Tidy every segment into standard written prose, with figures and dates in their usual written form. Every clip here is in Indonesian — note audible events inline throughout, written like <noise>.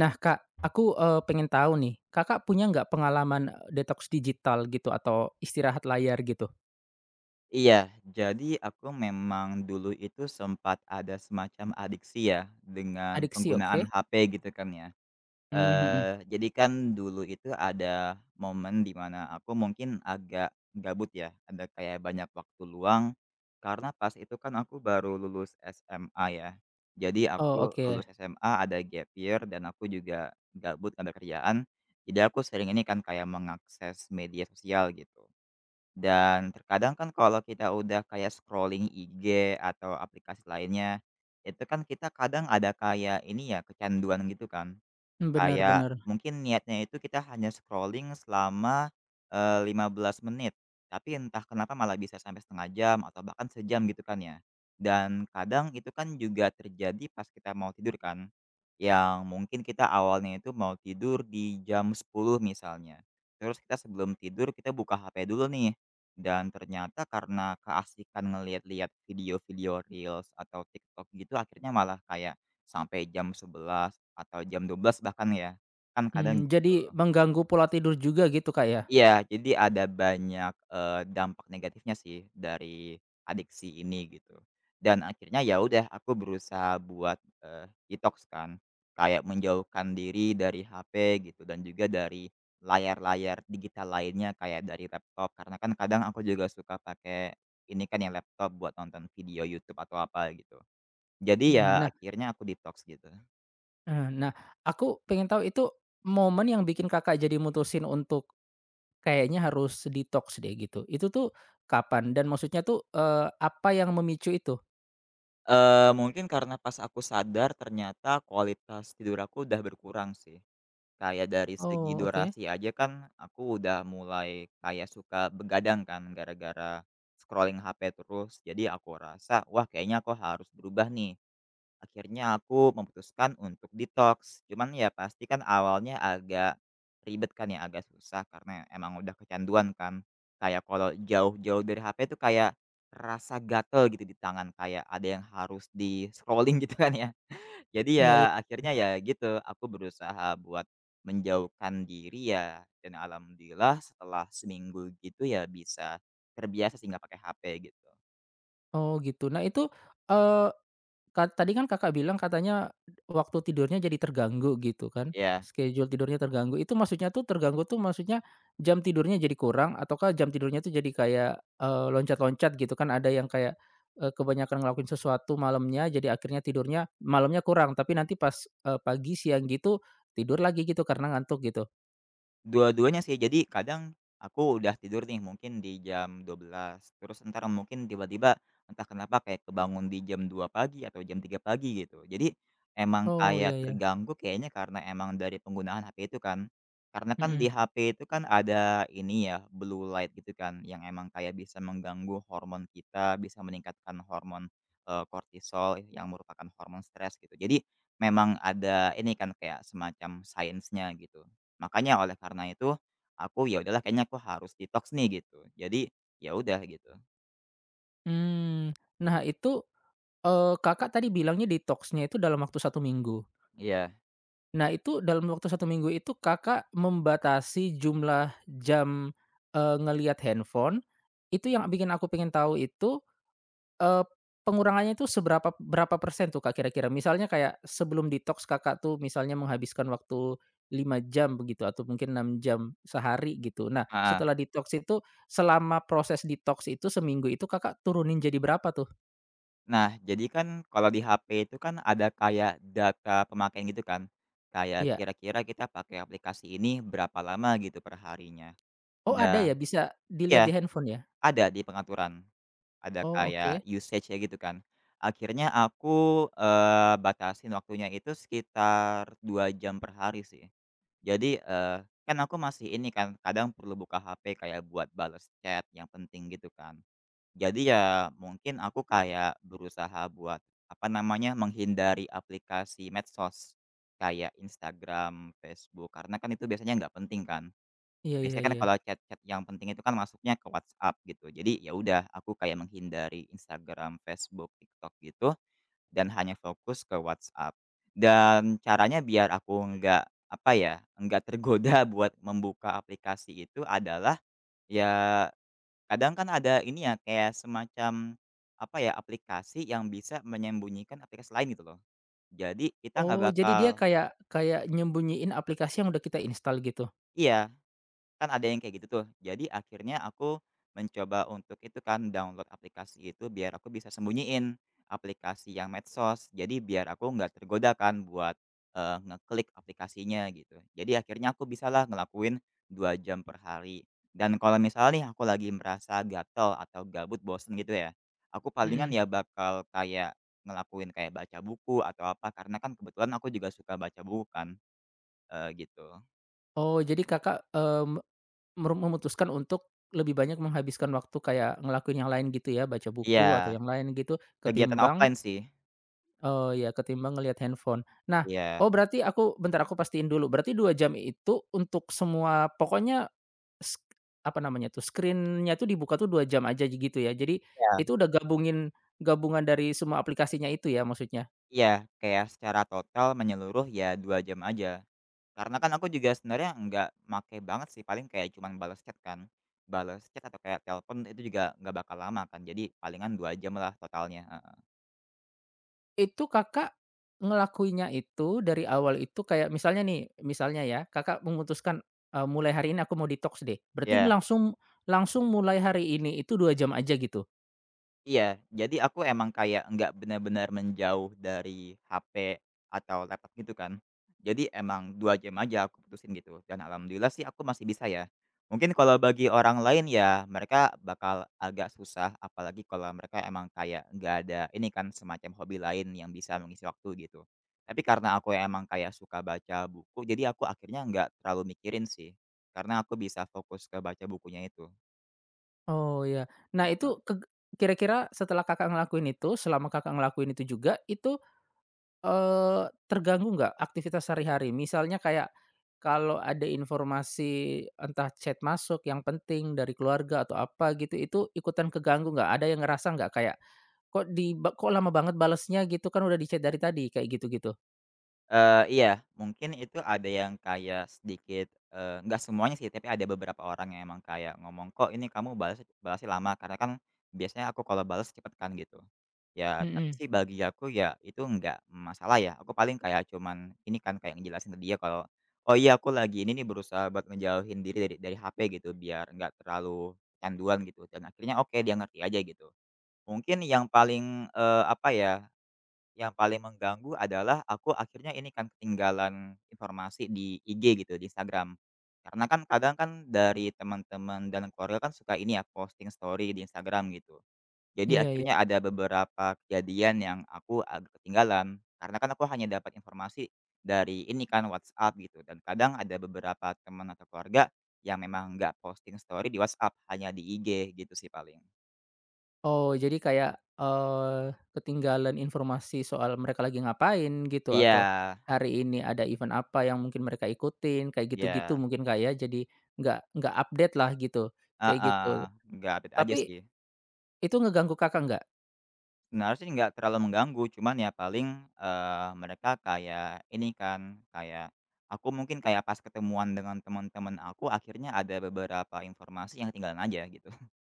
Nah Kak, aku, pengen tahu nih, Kakak punya nggak pengalaman, detox digital gitu atau istirahat layar gitu? Iya, jadi aku memang dulu itu sempat ada semacam adiksi ya, dengan Adiksi, penggunaan oke. HP gitu kan ya. Mhm. Jadi kan dulu itu ada momen di mana aku mungkin agak gabut ya, ada kayak banyak waktu luang, karena pas itu kan aku baru lulus SMA ya. Jadi Oh aku lulus oke. SMA ada gap year dan aku juga gabut, nggak ada kerjaan, jadi aku sering ini kan kayak mengakses media sosial gitu. Dan terkadang kan kalau kita udah kayak scrolling IG atau aplikasi lainnya, itu kan kita kadang ada kayak ini ya, kecanduan gitu kan. Mmm, benar Kayak bener. mungkin niatnya itu kita hanya scrolling selama, 15 menit, tapi entah kenapa malah bisa sampai setengah jam atau bahkan sejam gitu kan ya. Dan kadang itu kan juga terjadi pas kita mau tidur kan, yang mungkin kita awalnya itu mau tidur di jam 10.00 misalnya, terus kita sebelum tidur kita buka HP dulu nih, dan ternyata karena keasikan ngelihat-lihat video-video reels atau TikTok gitu akhirnya malah kayak sampai jam 11 atau jam 12 bahkan ya, kan Mmm, kadang jadi gitu. mengganggu pola tidur juga gitu Kak ya? Iya, jadi ada banyak, dampak negatifnya sih dari adiksi ini gitu. Dan akhirnya ya udah aku berusaha buat, detox kan, kayak menjauhkan diri dari HP gitu dan juga dari layar-layar digital lainnya kayak dari laptop, karena kan kadang aku juga suka pakai ini kan yang laptop buat nonton video YouTube atau apa gitu. Jadi Mhm, ya nah akhirnya aku detox gitu. heeh, nah aku pengen tahu itu momen yang bikin Kakak jadi mutusin untuk kayaknya harus detox deh gitu, itu tuh kapan? Dan maksudnya tuh, apa yang memicu itu? Mungkin karena pas aku sadar ternyata kualitas tidur aku udah berkurang sih. Kayak dari segi Oh oke. durasi aja kan aku udah mulai kayak suka begadang kan gara-gara scrolling HP terus. Jadi aku rasa, wah kayaknya aku harus berubah nih. Akhirnya aku memutuskan untuk detox, cuman ya pasti kan awalnya agak ribet kan ya, agak susah karena emang udah kecanduan kan. Kayak kalau jauh-jauh dari HP tuh kayak rasa gatel gitu di tangan, kayak ada yang harus di-scrolling <laughs> gitu kan ya. <laughs> Jadi Iya iya. ya akhirnya ya gitu, aku berusaha buat menjauhkan diri ya dan alhamdulillah setelah seminggu gitu ya bisa terbiasa sih nggak pakai HP gitu. Oh gitu. Nah itu, tadi kan Kakak bilang katanya waktu tidurnya jadi terganggu gitu kan, Ya. schedule tidurnya terganggu, itu maksudnya tuh terganggu tuh maksudnya jam tidurnya jadi kurang ataukah jam tidurnya tuh jadi kayak, loncat-loncat gitu kan ada yang kayak, kebanyakan ngelakuin sesuatu malamnya jadi akhirnya tidurnya malamnya kurang tapi nanti pas, pagi, siang gitu tidur lagi gitu karena ngantuk gitu? Dua-duanya sih. Jadi kadang aku udah tidur nih mungkin di jam 12 terus entar mungkin tiba-tiba entah kenapa kayak kebangun di jam 2 pagi atau jam 3 pagi gitu. Jadi emang Oh kayak iya iya, terganggu kayaknya karena emang dari penggunaan HP itu kan. Karena kan di mhm, HP itu kan ada ini ya, blue light gitu kan yang emang kayak bisa mengganggu hormon kita, bisa meningkatkan hormon, kortisol yang merupakan hormon stres gitu. Jadi memang ada ini kan kayak semacam sainsnya gitu. Makanya oleh karena itu, aku ya udahlah kayaknya aku harus detox nih gitu. Jadi, ya udah gitu. mmm, nah itu, Kakak tadi bilangnya detoxnya itu dalam waktu satu minggu? Iya. Nah, itu dalam waktu satu minggu itu Kakak membatasi jumlah jam, ngelihat handphone, itu yang bikin aku pengen tahu itu, eee, pengurangannya itu seberapa berapa persen tuh Kak kira-kira? Misalnya kayak sebelum detox Kakak tuh misalnya menghabiskan waktu 5 jam begitu atau mungkin 6 jam sehari gitu. Nah, Heeh. setelah detox itu selama proses detox itu seminggu itu Kakak turunin jadi berapa tuh? Nah, jadi kan kalau di HP itu kan ada kayak data pemakaian gitu kan. Kayak Iya. kira-kira kita pakai aplikasi ini berapa lama gitu per harinya. Oh ada Da ya bisa dilihat iya, di handphone ya? ada di pengaturan. Ada Oh kayak oke. usage ya gitu kan. Akhirnya aku, batasin waktunya itu sekitar 2 jam per hari sih. Jadi, kan aku masih ini kan, kadang perlu buka HP kayak buat balas chat yang penting gitu kan. Jadi ya mungkin aku kayak berusaha buat, apa namanya, menghindari aplikasi medsos, kayak Instagram, Facebook, karena kan itu biasanya nggak penting kan. Iya Biasanya iya kan iya. kalau chat-chat yang penting itu kan masuknya ke WhatsApp gitu. Jadi ya udah, aku kayak menghindari Instagram, Facebook, TikTok gitu, dan hanya fokus ke WhatsApp. Dan caranya biar aku nggak, apa ya, nggak tergoda <laughs> buat membuka aplikasi itu adalah, ya kadang kan ada ini ya, kayak semacam, apa ya, aplikasi yang bisa menyembunyikan aplikasi lain gitu loh. Jadi kita nggak Oh, jadi dia bakal kayak kayak nyembunyiin aplikasi yang udah kita install gitu? iya. Kan ada yang kayak gitu tuh. Jadi akhirnya aku mencoba untuk itu kan download aplikasi itu biar aku bisa sembunyiin aplikasi yang medsos. Jadi biar aku nggak tergoda kan buat, ngeklik aplikasinya gitu. Jadi akhirnya aku bisalah ngelakuin 2 jam per hari. Dan kalau misalnya nih aku lagi merasa gatel atau gabut, bosen gitu ya, aku palingan Mhm. ya bakal kayak ngelakuin kayak baca buku atau apa, karena kan kebetulan aku juga suka baca buku kan, gitu. Oh, jadi Kakak, mmm, memutuskan untuk lebih banyak menghabiskan waktu kayak ngelakuin yang lain gitu ya, baca Iya, buku atau yang lain gitu, kegiatan ketimbang offline sih. oh ya ketimbang ngelihat handphone. Nah, Iya, oh berarti aku bentar aku pastiin dulu, berarti 2 jam itu untuk semua pokoknya sk apa namanya tuh, screen tuh dibuka tuh 2 jam aja gitu ya? Jadi itu iya udah gabungin gabungan dari semua aplikasinya itu ya maksudnya? iya, kayak secara total menyeluruh ya 2 jam aja. Karena kan aku juga sebenarnya nggak make banget sih, paling kayak cuman balas chat kan, balas chat atau kayak telepon itu juga nggak bakal lama kan, jadi palingan 2 jam lah totalnya, heeh. Itu Kakak ngelakuinnya itu dari awal itu kayak misalnya nih, misalnya ya Kakak memutuskan, mulai hari ini aku mau detox deh, berarti Iya. langsung langsung mulai hari ini itu 2 jam aja gitu? Iya, jadi aku emang kayak nggak benar-benar menjauh dari HP atau laptop gitu kan. Jadi emang 2 jam aja aku putusin gitu, dan alhamdulillah sih aku masih bisa ya. Mungkin kalau bagi orang lain ya mereka bakal agak susah, apalagi kalau mereka emang kayak nggak ada ini kan semacam hobi lain yang bisa mengisi waktu gitu. Tapi karena aku emang kayak suka baca buku, jadi aku akhirnya nggak terlalu mikirin sih, karena aku bisa fokus ke baca bukunya itu. Oh ya. Nah itu kira-kira setelah Kakak ngelakuin itu, selama Kakak ngelakuin itu juga, itu, eee, terganggu nggak aktivitas sehari-hari? Misalnya kayak kalau ada informasi entah chat masuk yang penting dari keluarga atau apa gitu, itu ikutan keganggu nggak? Ada yang ngerasa nggak kayak, "Kok di kok lama banget balesnya gitu kan udah di-chat dari tadi," kayak gitu-gitu? Iya, mungkin itu ada yang kayak sedikit, nggak semuanya sih, tapi ada beberapa orang yang emang kayak ngomong, "Kok ini kamu balas balasnya lama?" Karena kan biasanya aku kalau bales cepet kan gitu. Ya, tapi Mhm. sih bagi aku ya itu nggak masalah ya, aku paling kayak cuman ini kan, kayak ngejelasin ke dia kalau, "Oh iya aku lagi ini nih berusaha buat ngejauhin diri dari HP," gitu, biar nggak terlalu kecanduan gitu, dan akhirnya oke dia ngerti aja gitu. Mungkin yang paling, apa ya yang paling mengganggu adalah aku akhirnya ini kan ketinggalan informasi di IG gitu, di Instagram. Karena kan kadang kan dari teman-teman dan keluarga kan suka ini ya posting story di Instagram gitu. Jadi Iya iya. akhirnya ada beberapa kejadian yang aku agak ketinggalan, karena kan aku hanya dapat informasi dari ini kan WhatsApp gitu dan kadang ada beberapa teman atau keluarga yang memang nggak posting story di WhatsApp, hanya di IG gitu sih paling. Oh jadi kayak, ketinggalan informasi soal mereka lagi ngapain gitu Iya atau hari ini ada event apa yang mungkin mereka ikutin, kayak iya, gitu-gitu mungkin Kak ya, jadi nggak update lah gitu, kayak heeh, gitu. nggak update aja Tapi sih. itu ngeganggu Kakak nggak? Sebenarnya sih nggak terlalu mengganggu, cuman ya paling, mereka kayak ini kan, kayak aku mungkin kayak pas ketemuan dengan teman-teman aku akhirnya ada beberapa informasi yang ketinggalan aja gitu. <laughs>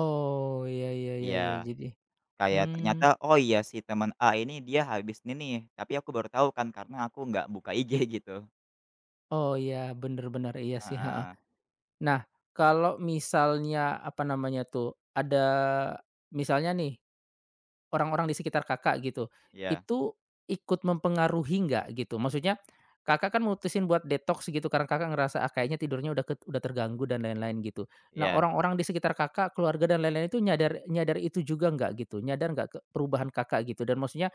Oh, iya iya iya Iya, iya, jadi kayak mmm, ternyata, "Oh iya si teman A ini dia habis ini nih," tapi aku baru tahu kan karena aku nggak buka IG <laughs> gitu. oh iya, bener bener, iya sih, ha. Heeh, Nah, kalau misalnya, apa namanya tuh, ada misalnya nih, orang-orang di sekitar Kakak gitu, iya itu ikut mempengaruhi nggak gitu? Maksudnya, Kakak kan mutusin buat detox gitu karena Kakak ngerasa, "Ah, kayaknya tidurnya udah udah terganggu," dan lain-lain gitu. Nah, iya. orang-orang di sekitar Kakak, keluarga dan lain-lain itu nyadar nyadar itu juga nggak gitu? Nyadar nggak ke perubahan Kakak gitu? Dan maksudnya,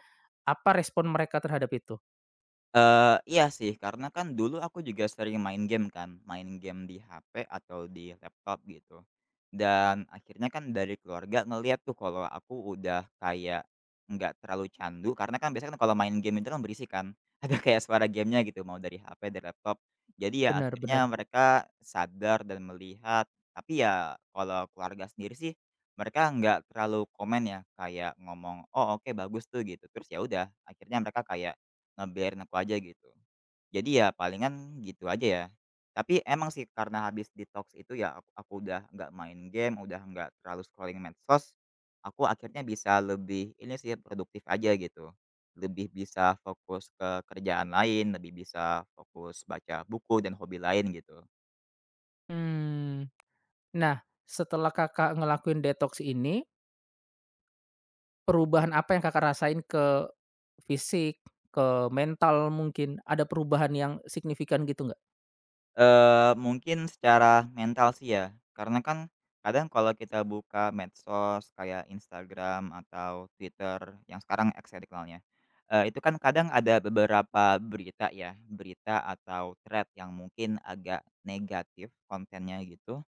apa respon mereka terhadap itu? Iya sih, karena kan dulu aku juga sering main game kan, main game di HP atau di laptop gitu. Dan akhirnya kan dari keluarga ngelihat tuh kalau aku udah kayak nggak terlalu candu, karena kan biasanya kan kalau main game itu kan berisik kan, <laughs> ada kayak suara gamenya gitu, mau dari HP, dari laptop. Jadi ya Benar akhirnya benar. mereka sadar dan melihat, tapi ya kalau keluarga sendiri sih mereka nggak terlalu komen ya, kayak ngomong, "Oh oke bagus tuh," gitu. Terus ya udah, akhirnya mereka kayak ngebiarin aku aja gitu. Jadi ya palingan gitu aja ya. Tapi emang sih karena habis detox itu ya aku udah nggak main game, udah nggak terlalu scrolling medsos, aku akhirnya bisa lebih ini sih produktif aja gitu. Lebih bisa fokus ke kerjaan lain, lebih bisa fokus baca buku dan hobi lain gitu. Mmm. Nah, setelah Kakak ngelakuin detox ini perubahan apa yang Kakak rasain ke fisik, ke mental mungkin, ada perubahan yang signifikan gitu nggak? Mungkin secara mental sih ya, karena kan kadang kalau kita buka medsos kayak Instagram atau Twitter yang sekarang X ya dikenalnya, itu kan kadang ada beberapa berita ya, berita atau thread yang mungkin agak negatif kontennya gitu,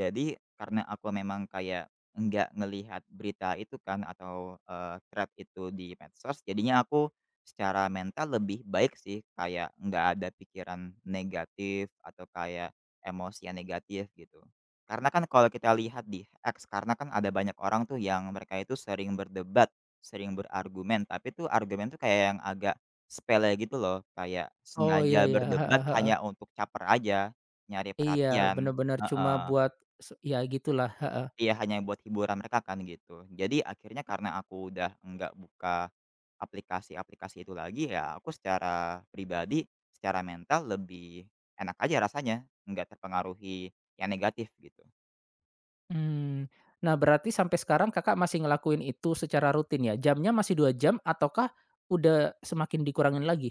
jadi, karena aku memang kayak nggak ngelihat berita itu kan atau, thread itu di medsos, jadinya aku secara mental lebih baik sih, kayak nggak ada pikiran negatif atau kayak emosi yang negatif gitu. Karena kan kalau kita lihat di X, karena kan ada banyak orang tuh yang mereka itu sering berdebat, sering berargumen, tapi tuh argumen tuh kayak yang agak sepele gitu loh, kayak Oh iya sengaja iya, berdebat heeh heeh. hanya untuk caper aja, nyari Iya, perhatian, bener-bener cuma heeh. buat ya gitulah, heeh. Iya, hanya buat hiburan mereka kan gitu. Jadi akhirnya karena aku udah nggak buka aplikasi-aplikasi itu lagi, ya aku secara pribadi, secara mental lebih enak aja rasanya, nggak terpengaruhi yang negatif gitu. Mmm, nah berarti sampai sekarang Kakak masih ngelakuin itu secara rutin ya? Jamnya masih 2 jam ataukah udah semakin dikurangin lagi?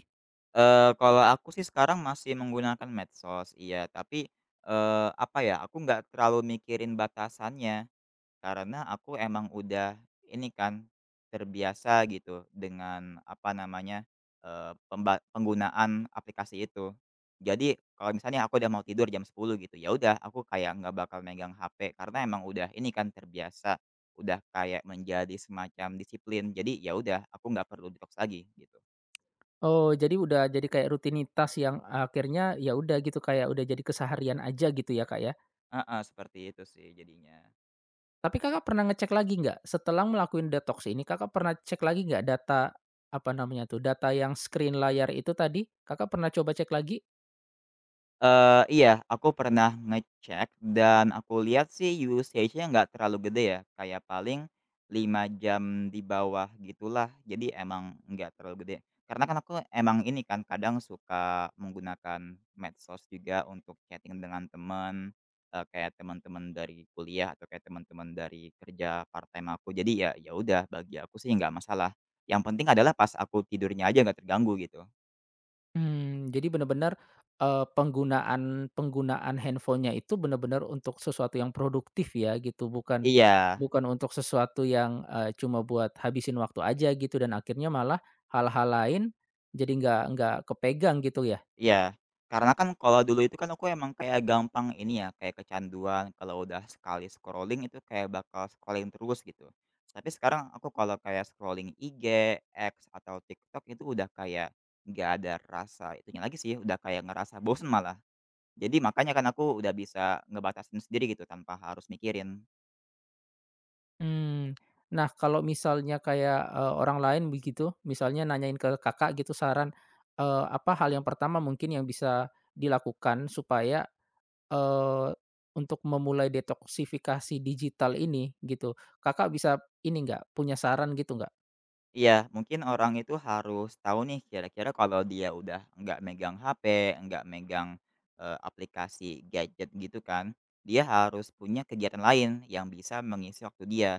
Kalau aku sih sekarang masih menggunakan medsos, iya, tapi, apa ya, aku nggak terlalu mikirin batasannya. Karena aku emang udah ini kan, terbiasa gitu dengan apa namanya, eee, pemba penggunaan aplikasi itu. Jadi kalau misalnya aku udah mau tidur jam 10 gitu, ya udah aku kayak nggak bakal megang HP karena emang udah ini kan terbiasa, udah kayak menjadi semacam disiplin. Jadi ya udah aku nggak perlu detox lagi gitu. Oh, jadi udah jadi kayak rutinitas yang akhirnya ya udah gitu, kayak udah jadi keseharian aja gitu ya, Kak, ya? Heeh, seperti itu sih jadinya. Tapi Kakak pernah ngecek lagi nggak, setelah melakukan detox ini Kakak pernah cek lagi nggak data, apa namanya tuh, data yang screen layar itu tadi, Kakak pernah coba cek lagi? Iya, aku pernah ngecek dan aku lihat sih usage-nya nggak terlalu gede ya, kayak paling 5 jam di bawah gitulah. Jadi emang nggak terlalu gede. Karena kan aku emang ini kan, kadang suka menggunakan medsos juga untuk chatting dengan temen, kayak temen-temen dari kuliah atau kayak temen-temen dari kerja part-time aku. Jadi ya udah, bagi aku sih nggak masalah. Yang penting adalah pas aku tidurnya aja nggak terganggu gitu. Mmm, jadi benar-benar penggunaan penggunaan handphonenya itu benar-benar untuk sesuatu yang produktif ya gitu, bukan Iya. bukan untuk sesuatu yang, cuma buat habisin waktu aja gitu dan akhirnya malah hal-hal lain jadi nggak kepegang gitu ya? Iya, karena kan kalau dulu itu kan aku emang kayak gampang ini ya, kayak kecanduan kalau udah sekali scrolling itu kayak bakal scrolling terus gitu. Tapi sekarang aku kalau kayak scrolling IG, X, atau TikTok itu udah kayak nggak ada rasa itunya lagi sih, udah kayak ngerasa bosen malah. Jadi makanya kan aku udah bisa ngebatasin sendiri gitu tanpa harus mikirin. Hmm. Nah, kalau misalnya kayak, orang lain begitu, misalnya nanyain ke Kakak gitu saran, apa hal yang pertama mungkin yang bisa dilakukan supaya, eee, untuk memulai detoksifikasi digital ini gitu, Kakak bisa ini nggak punya saran gitu nggak? Iya, mungkin orang itu harus tahu nih kira-kira kalau dia udah nggak megang HP, nggak megang, aplikasi gadget gitu kan, dia harus punya kegiatan lain yang bisa mengisi waktu dia.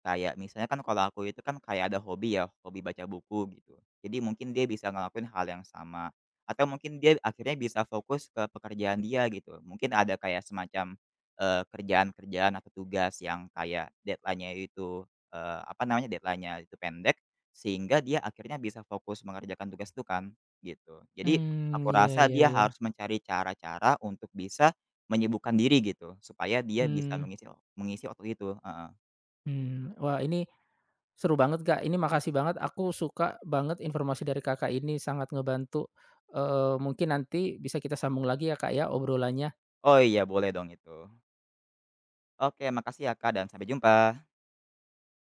Kayak misalnya kan kalau aku itu kan kayak ada hobi ya, hobi baca buku gitu. Jadi mungkin dia bisa ngelakuin hal yang sama, atau mungkin dia akhirnya bisa fokus ke pekerjaan dia gitu. Mungkin ada kayak semacam, kerjaan-kerjaan atau tugas yang kayak deadline-nya itu, deadline-nya itu pendek, sehingga dia akhirnya bisa fokus mengerjakan tugas itu kan, gitu. Jadi Hmm. aku Iya rasa iya dia iya. harus mencari cara-cara untuk bisa menyibukkan diri gitu, supaya dia bisa Hmm. mengisi mengisi waktu itu. Mmm. Wah ini seru banget, Kak. Ini makasih banget, aku suka banget informasi dari Kakak ini, sangat ngebantu. Mungkin nanti bisa kita sambung lagi ya, Kak, ya obrolannya. Oh iya boleh dong itu. Oke makasih ya Kak dan sampai jumpa.